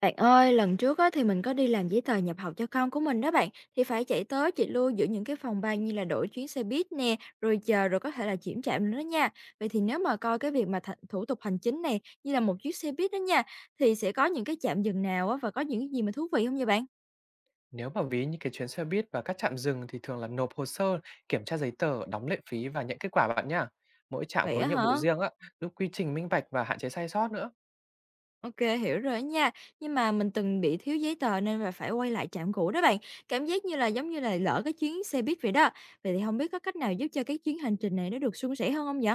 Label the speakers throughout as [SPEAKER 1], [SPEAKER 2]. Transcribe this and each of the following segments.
[SPEAKER 1] Bạn ơi, lần trước á, thì mình có đi làm giấy tờ nhập học cho con của mình đó bạn, thì phải chạy tới chị lui giữa những cái phòng ban như là đổi chuyến xe buýt nè, rồi chờ rồi có thể là chuyển trạm nữa đó nha. Vậy thì nếu mà coi cái việc mà thủ tục hành chính này như là một chuyến xe buýt đó nha, thì sẽ có những cái trạm dừng nào á, và có những cái gì mà thú vị không vậy bạn?
[SPEAKER 2] Nếu mà ví như cái chuyến xe buýt và các trạm dừng thì thường là nộp hồ sơ, kiểm tra giấy tờ, đóng lệ phí và nhận kết quả bạn nhá. Mỗi trạm
[SPEAKER 1] Vậy
[SPEAKER 2] có
[SPEAKER 1] á
[SPEAKER 2] nhiệm
[SPEAKER 1] hả?
[SPEAKER 2] vụ riêng á, giúp quy trình minh bạch và hạn chế sai sót nữa.
[SPEAKER 1] Ok, hiểu rồi đó nha. Nhưng mà mình từng bị thiếu giấy tờ nên là phải quay lại trạm cũ đó bạn. Cảm giác như là giống như là lỡ cái chuyến xe buýt vậy đó. Vậy thì không biết có cách nào giúp cho cái chuyến hành trình này nó được suôn sẻ hơn không vậy?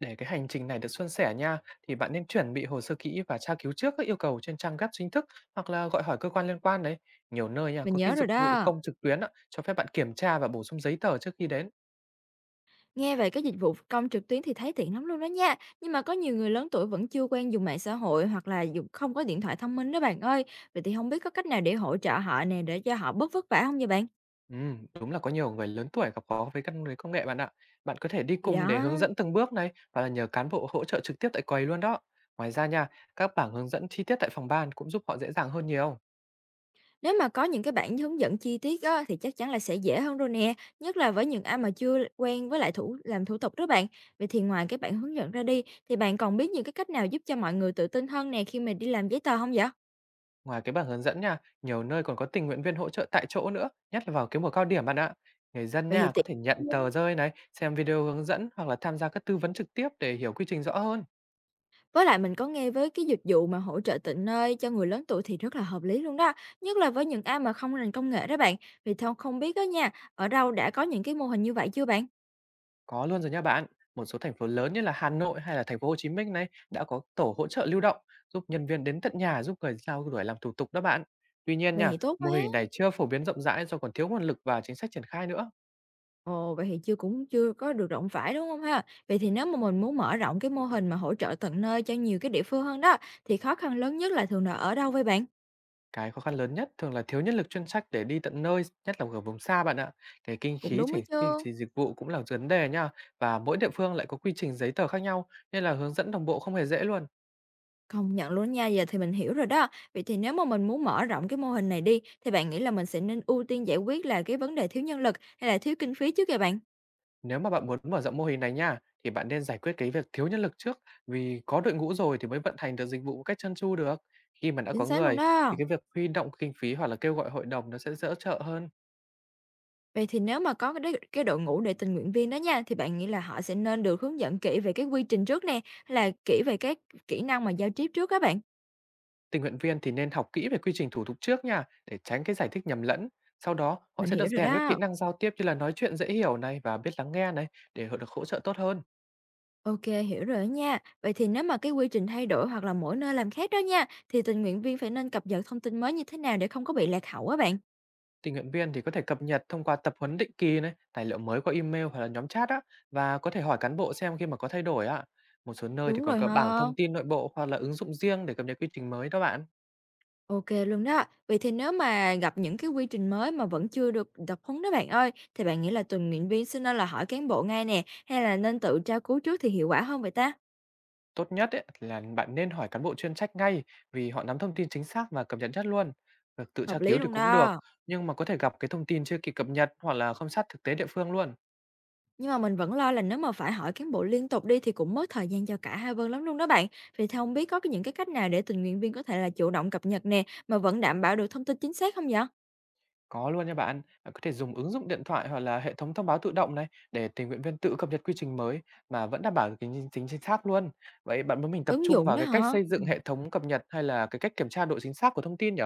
[SPEAKER 2] Để cái hành trình này được suôn sẻ nha, thì bạn nên chuẩn bị hồ sơ kỹ và tra cứu trước các yêu cầu trên trang web chính thức, hoặc là gọi hỏi cơ quan liên quan đấy. Nhiều nơi nha,
[SPEAKER 1] Mình
[SPEAKER 2] có
[SPEAKER 1] nhớ
[SPEAKER 2] cái
[SPEAKER 1] rồi
[SPEAKER 2] dịch vụ
[SPEAKER 1] đó.
[SPEAKER 2] công trực tuyến á, cho phép bạn kiểm tra và bổ sung giấy tờ trước khi đến.
[SPEAKER 1] Nghe về cái dịch vụ công trực tuyến thì thấy tiện lắm luôn đó nha. Nhưng mà có nhiều người lớn tuổi vẫn chưa quen dùng mạng xã hội hoặc là dùng không có điện thoại thông minh đó bạn ơi. Vậy thì không biết có cách nào để hỗ trợ họ nè để cho họ bớt vất vả không vậy bạn?
[SPEAKER 2] Đúng là có nhiều người lớn tuổi gặp khó với công nghệ bạn ạ. Bạn có thể đi
[SPEAKER 1] Thì
[SPEAKER 2] cùng
[SPEAKER 1] đó,
[SPEAKER 2] để hướng dẫn từng bước này, và là nhờ cán bộ hỗ trợ trực tiếp tại quầy luôn đó. Ngoài ra nha, các bảng hướng dẫn chi tiết tại phòng ban cũng giúp họ dễ dàng hơn nhiều.
[SPEAKER 1] nếu mà có những cái bản hướng dẫn chi tiết á, thì chắc chắn là sẽ dễ hơn rồi nè. Nhất là với những ai mà chưa quen với lại làm thủ tục đó bạn. Vậy thì ngoài cái bản hướng dẫn ra đi, thì bạn còn biết những cái cách nào giúp cho mọi người tự tin hơn nè khi mà đi làm giấy tờ không vậy?
[SPEAKER 2] Ngoài cái bảng hướng dẫn nha, nhiều nơi còn có tình nguyện viên hỗ trợ tại chỗ nữa, nhất là vào cái mùa cao điểm bạn ạ. Người dân
[SPEAKER 1] Vậy thì
[SPEAKER 2] nha
[SPEAKER 1] tiện.
[SPEAKER 2] có thể nhận tờ rơi này, xem video hướng dẫn, hoặc là tham gia các tư vấn trực tiếp để hiểu quy trình rõ hơn.
[SPEAKER 1] Với lại mình có nghe với cái dịch vụ mà hỗ trợ tận nơi cho người lớn tuổi thì rất là hợp lý luôn đó, nhất là với những ai mà không rành công nghệ đó bạn. Vì theo không biết đó nha, ở đâu đã có những cái mô hình như vậy chưa bạn?
[SPEAKER 2] Có luôn rồi nha bạn. Một số thành phố lớn như là Hà Nội hay là thành phố Hồ Chí Minh này đã có tổ hỗ trợ lưu động, giúp nhân viên đến tận nhà giúp người giao đuổi làm thủ tục đó bạn. Tuy nhiên
[SPEAKER 1] Vậy
[SPEAKER 2] nha,
[SPEAKER 1] thì tốt quá.
[SPEAKER 2] mô hình này chưa phổ biến rộng rãi do còn thiếu nguồn lực và chính sách triển khai nữa.
[SPEAKER 1] Ồ, vậy thì chưa có được rộng rãi đúng không ha? Vậy thì nếu mà mình muốn mở rộng cái mô hình mà hỗ trợ tận nơi cho nhiều cái địa phương hơn đó, thì khó khăn lớn nhất là thường là ở đâu vậy bạn?
[SPEAKER 2] Cái khó khăn lớn nhất thường là thiếu nhân lực chuyên trách để đi tận nơi, nhất là ở vùng xa bạn ạ. Cái kinh
[SPEAKER 1] Cũng
[SPEAKER 2] phí
[SPEAKER 1] đúng ấy
[SPEAKER 2] chỉnh chi-
[SPEAKER 1] chưa.
[SPEAKER 2] chi dịch vụ cũng là vấn đề nha. Và mỗi địa phương lại có quy trình giấy tờ khác nhau, nên là hướng dẫn đồng bộ không hề dễ luôn.
[SPEAKER 1] Công nhận luôn nha, giờ thì mình hiểu rồi đó. Vậy thì nếu mà mình muốn mở rộng cái mô hình này đi, thì bạn nghĩ là mình sẽ nên ưu tiên giải quyết là cái vấn đề thiếu nhân lực hay là thiếu kinh phí trước kìa bạn?
[SPEAKER 2] Nếu mà bạn muốn mở rộng mô hình này nha, thì bạn nên giải quyết cái việc thiếu nhân lực trước, vì có đội ngũ rồi thì mới vận hành được dịch vụ một cách trơn tru được. Khi mà đã
[SPEAKER 1] Chính
[SPEAKER 2] có
[SPEAKER 1] xác luôn
[SPEAKER 2] người thì
[SPEAKER 1] đó.
[SPEAKER 2] cái việc huy động kinh phí hoặc là kêu gọi hội đồng nó sẽ dễ trợ hơn.
[SPEAKER 1] Vậy thì nếu mà có cái đội ngũ để tình nguyện viên đó nha, thì bạn nghĩ là họ sẽ nên được hướng dẫn kỹ về cái quy trình trước nè, hay là kỹ về các kỹ năng mà giao tiếp trước các bạn?
[SPEAKER 2] Tình nguyện viên thì nên học kỹ về quy trình thủ tục trước nha, để tránh cái giải thích nhầm lẫn. Sau đó, họ
[SPEAKER 1] Mình
[SPEAKER 2] sẽ
[SPEAKER 1] hiểu
[SPEAKER 2] được
[SPEAKER 1] rồi
[SPEAKER 2] rèn các kỹ
[SPEAKER 1] đó.
[SPEAKER 2] năng giao tiếp như là nói chuyện dễ hiểu này, và biết lắng nghe này, để họ được hỗ trợ tốt hơn.
[SPEAKER 1] Ok, hiểu rồi đó nha. Vậy thì nếu mà cái quy trình thay đổi hoặc là mỗi nơi làm khác đó nha, thì tình nguyện viên phải nên cập nhật thông tin mới như thế nào để không có bị lạc hậu á bạn?
[SPEAKER 2] Tình nguyện viên thì có thể cập nhật thông qua tập huấn định kỳ này, tài liệu mới qua email hoặc là nhóm chat á, và có thể hỏi cán bộ xem khi mà có thay đổi ạ. Một số nơi thì
[SPEAKER 1] Đúng
[SPEAKER 2] còn
[SPEAKER 1] rồi
[SPEAKER 2] có bảng
[SPEAKER 1] ha.
[SPEAKER 2] thông tin nội bộ hoặc là ứng dụng riêng để cập nhật quy trình mới đó bạn.
[SPEAKER 1] OK luôn đó. Vậy thì nếu mà gặp những cái quy trình mới mà vẫn chưa được tập huấn đó bạn ơi, thì bạn nghĩ là tình nguyện viên sẽ nên là hỏi cán bộ ngay nè, hay là nên tự tra cứu trước thì hiệu quả hơn vậy ta?
[SPEAKER 2] Tốt nhất ấy, là bạn nên hỏi cán bộ chuyên trách ngay, vì họ nắm thông tin chính xác và cập nhật nhất luôn. Việc tự tra
[SPEAKER 1] Hợp lý
[SPEAKER 2] cứu thì
[SPEAKER 1] luôn
[SPEAKER 2] cũng được,
[SPEAKER 1] đó.
[SPEAKER 2] nhưng mà có thể gặp cái thông tin chưa kịp cập nhật hoặc là không sát thực tế địa phương luôn.
[SPEAKER 1] Nhưng mà mình vẫn lo là nếu mà phải hỏi cán bộ liên tục đi thì cũng mất thời gian cho cả hai bên lắm luôn đó bạn. Vậy thì không biết những cái cách nào để tình nguyện viên có thể là chủ động cập nhật nè, mà vẫn đảm bảo được thông tin chính xác không vậy?
[SPEAKER 2] Có luôn nha bạn. Bạn có thể dùng ứng dụng điện thoại hoặc là hệ thống thông báo tự động này, để tình nguyện viên tự cập nhật quy trình mới mà vẫn đảm bảo được tính chính xác luôn. Vậy bạn muốn mình tập
[SPEAKER 1] Ứng
[SPEAKER 2] trung
[SPEAKER 1] dụng
[SPEAKER 2] vào
[SPEAKER 1] đó
[SPEAKER 2] cái cách
[SPEAKER 1] hả?
[SPEAKER 2] xây
[SPEAKER 1] Ừ.
[SPEAKER 2] dựng hệ thống cập nhật, hay là cái cách kiểm tra độ chính xác của thông tin nhỉ?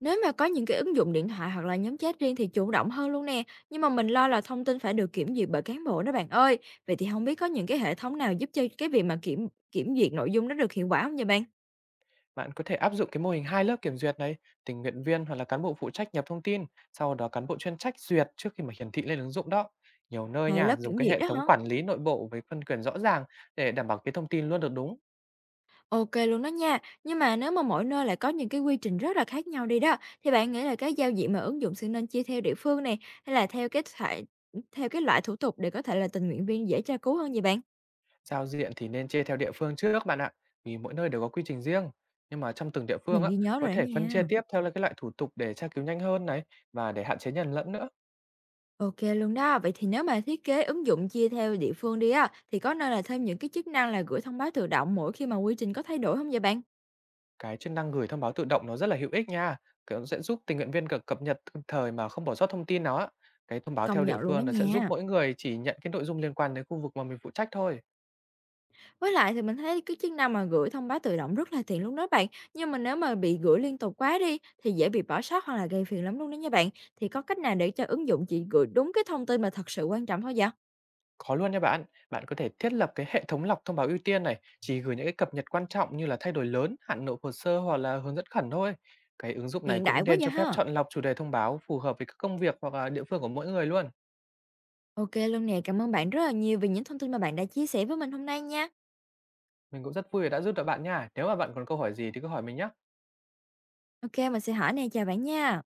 [SPEAKER 1] Nếu mà có những cái ứng dụng điện thoại hoặc là nhóm chat riêng thì chủ động hơn luôn nè, nhưng mà mình lo là thông tin phải được kiểm duyệt bởi cán bộ đó bạn ơi. Vậy thì không biết có những cái hệ thống nào giúp cho cái việc mà kiểm kiểm duyệt nội dung nó được hiệu quả không vậy bạn?
[SPEAKER 2] Bạn có thể áp dụng cái mô hình hai lớp kiểm duyệt này, tình nguyện viên hoặc là cán bộ phụ trách nhập thông tin, sau đó cán bộ chuyên trách duyệt trước khi mà hiển thị lên ứng dụng đó. Nhiều nơi
[SPEAKER 1] À,
[SPEAKER 2] nha,
[SPEAKER 1] lớp
[SPEAKER 2] dùng
[SPEAKER 1] kiểm
[SPEAKER 2] cái
[SPEAKER 1] duyệt
[SPEAKER 2] hệ
[SPEAKER 1] đó
[SPEAKER 2] thống
[SPEAKER 1] hả?
[SPEAKER 2] quản lý nội bộ với phân quyền rõ ràng, để đảm bảo cái thông tin luôn được đúng.
[SPEAKER 1] Ok luôn đó nha. Nhưng mà nếu mà mỗi nơi lại có những cái quy trình rất là khác nhau đi đó, thì bạn nghĩ là cái giao diện mà ứng dụng sẽ nên chia theo địa phương này hay là theo cái loại thủ tục để có thể là tình nguyện viên dễ tra cứu hơn vậy bạn?
[SPEAKER 2] Giao diện thì nên chia theo địa phương trước bạn ạ, vì mỗi nơi đều có quy trình riêng. Nhưng mà trong từng địa phương
[SPEAKER 1] Mình
[SPEAKER 2] á,
[SPEAKER 1] ghi nhớ
[SPEAKER 2] có
[SPEAKER 1] rồi đó
[SPEAKER 2] thể phân chia
[SPEAKER 1] nha.
[SPEAKER 2] tiếp theo là cái loại thủ tục, để tra cứu nhanh hơn này và để hạn chế nhầm lẫn nữa.
[SPEAKER 1] OK luôn đó. Vậy thì nếu mà thiết kế ứng dụng chia theo địa phương đi á, thì có nên là thêm những cái chức năng là gửi thông báo tự động mỗi khi mà quy trình có thay đổi không vậy bạn?
[SPEAKER 2] Cái chức năng gửi thông báo tự động nó rất là hữu ích nha. Kiểu nó sẽ giúp tình nguyện viên cập cập nhật kịp thời mà không bỏ sót thông tin nào á. Cái thông báo
[SPEAKER 1] Công
[SPEAKER 2] theo địa
[SPEAKER 1] nhận luôn đó
[SPEAKER 2] phương nó sẽ giúp
[SPEAKER 1] nha.
[SPEAKER 2] mỗi người chỉ nhận cái nội dung liên quan đến khu vực mà mình phụ trách thôi.
[SPEAKER 1] Với lại thì mình thấy cái chức năng mà gửi thông báo tự động rất là tiện luôn đó bạn, nhưng mà nếu mà bị gửi liên tục quá đi thì dễ bị bỏ sót hoặc là gây phiền lắm luôn đó nha bạn. Thì có cách nào để cho ứng dụng chỉ gửi đúng cái thông tin mà thật sự quan trọng thôi vậy?
[SPEAKER 2] Có luôn nha bạn. Bạn có thể thiết lập cái hệ thống lọc thông báo ưu tiên này, chỉ gửi những cái cập nhật quan trọng như là thay đổi lớn, hạn nộp hồ sơ hoặc là hướng dẫn khẩn thôi. Cái ứng dụng này
[SPEAKER 1] Hiện đại
[SPEAKER 2] cũng
[SPEAKER 1] quá
[SPEAKER 2] nên
[SPEAKER 1] vậy
[SPEAKER 2] cho phép
[SPEAKER 1] ha.
[SPEAKER 2] chọn lọc chủ đề thông báo phù hợp với các công việc hoặc là địa phương của mỗi người luôn.
[SPEAKER 1] OK luôn nè, cảm ơn bạn rất là nhiều vì những thông tin mà bạn đã chia sẻ với mình hôm nay nha.
[SPEAKER 2] Mình cũng rất vui vì đã giúp được bạn nha. Nếu mà bạn còn câu hỏi gì thì cứ hỏi mình nhé.
[SPEAKER 1] OK, mình sẽ hỏi nè, chào bạn nha.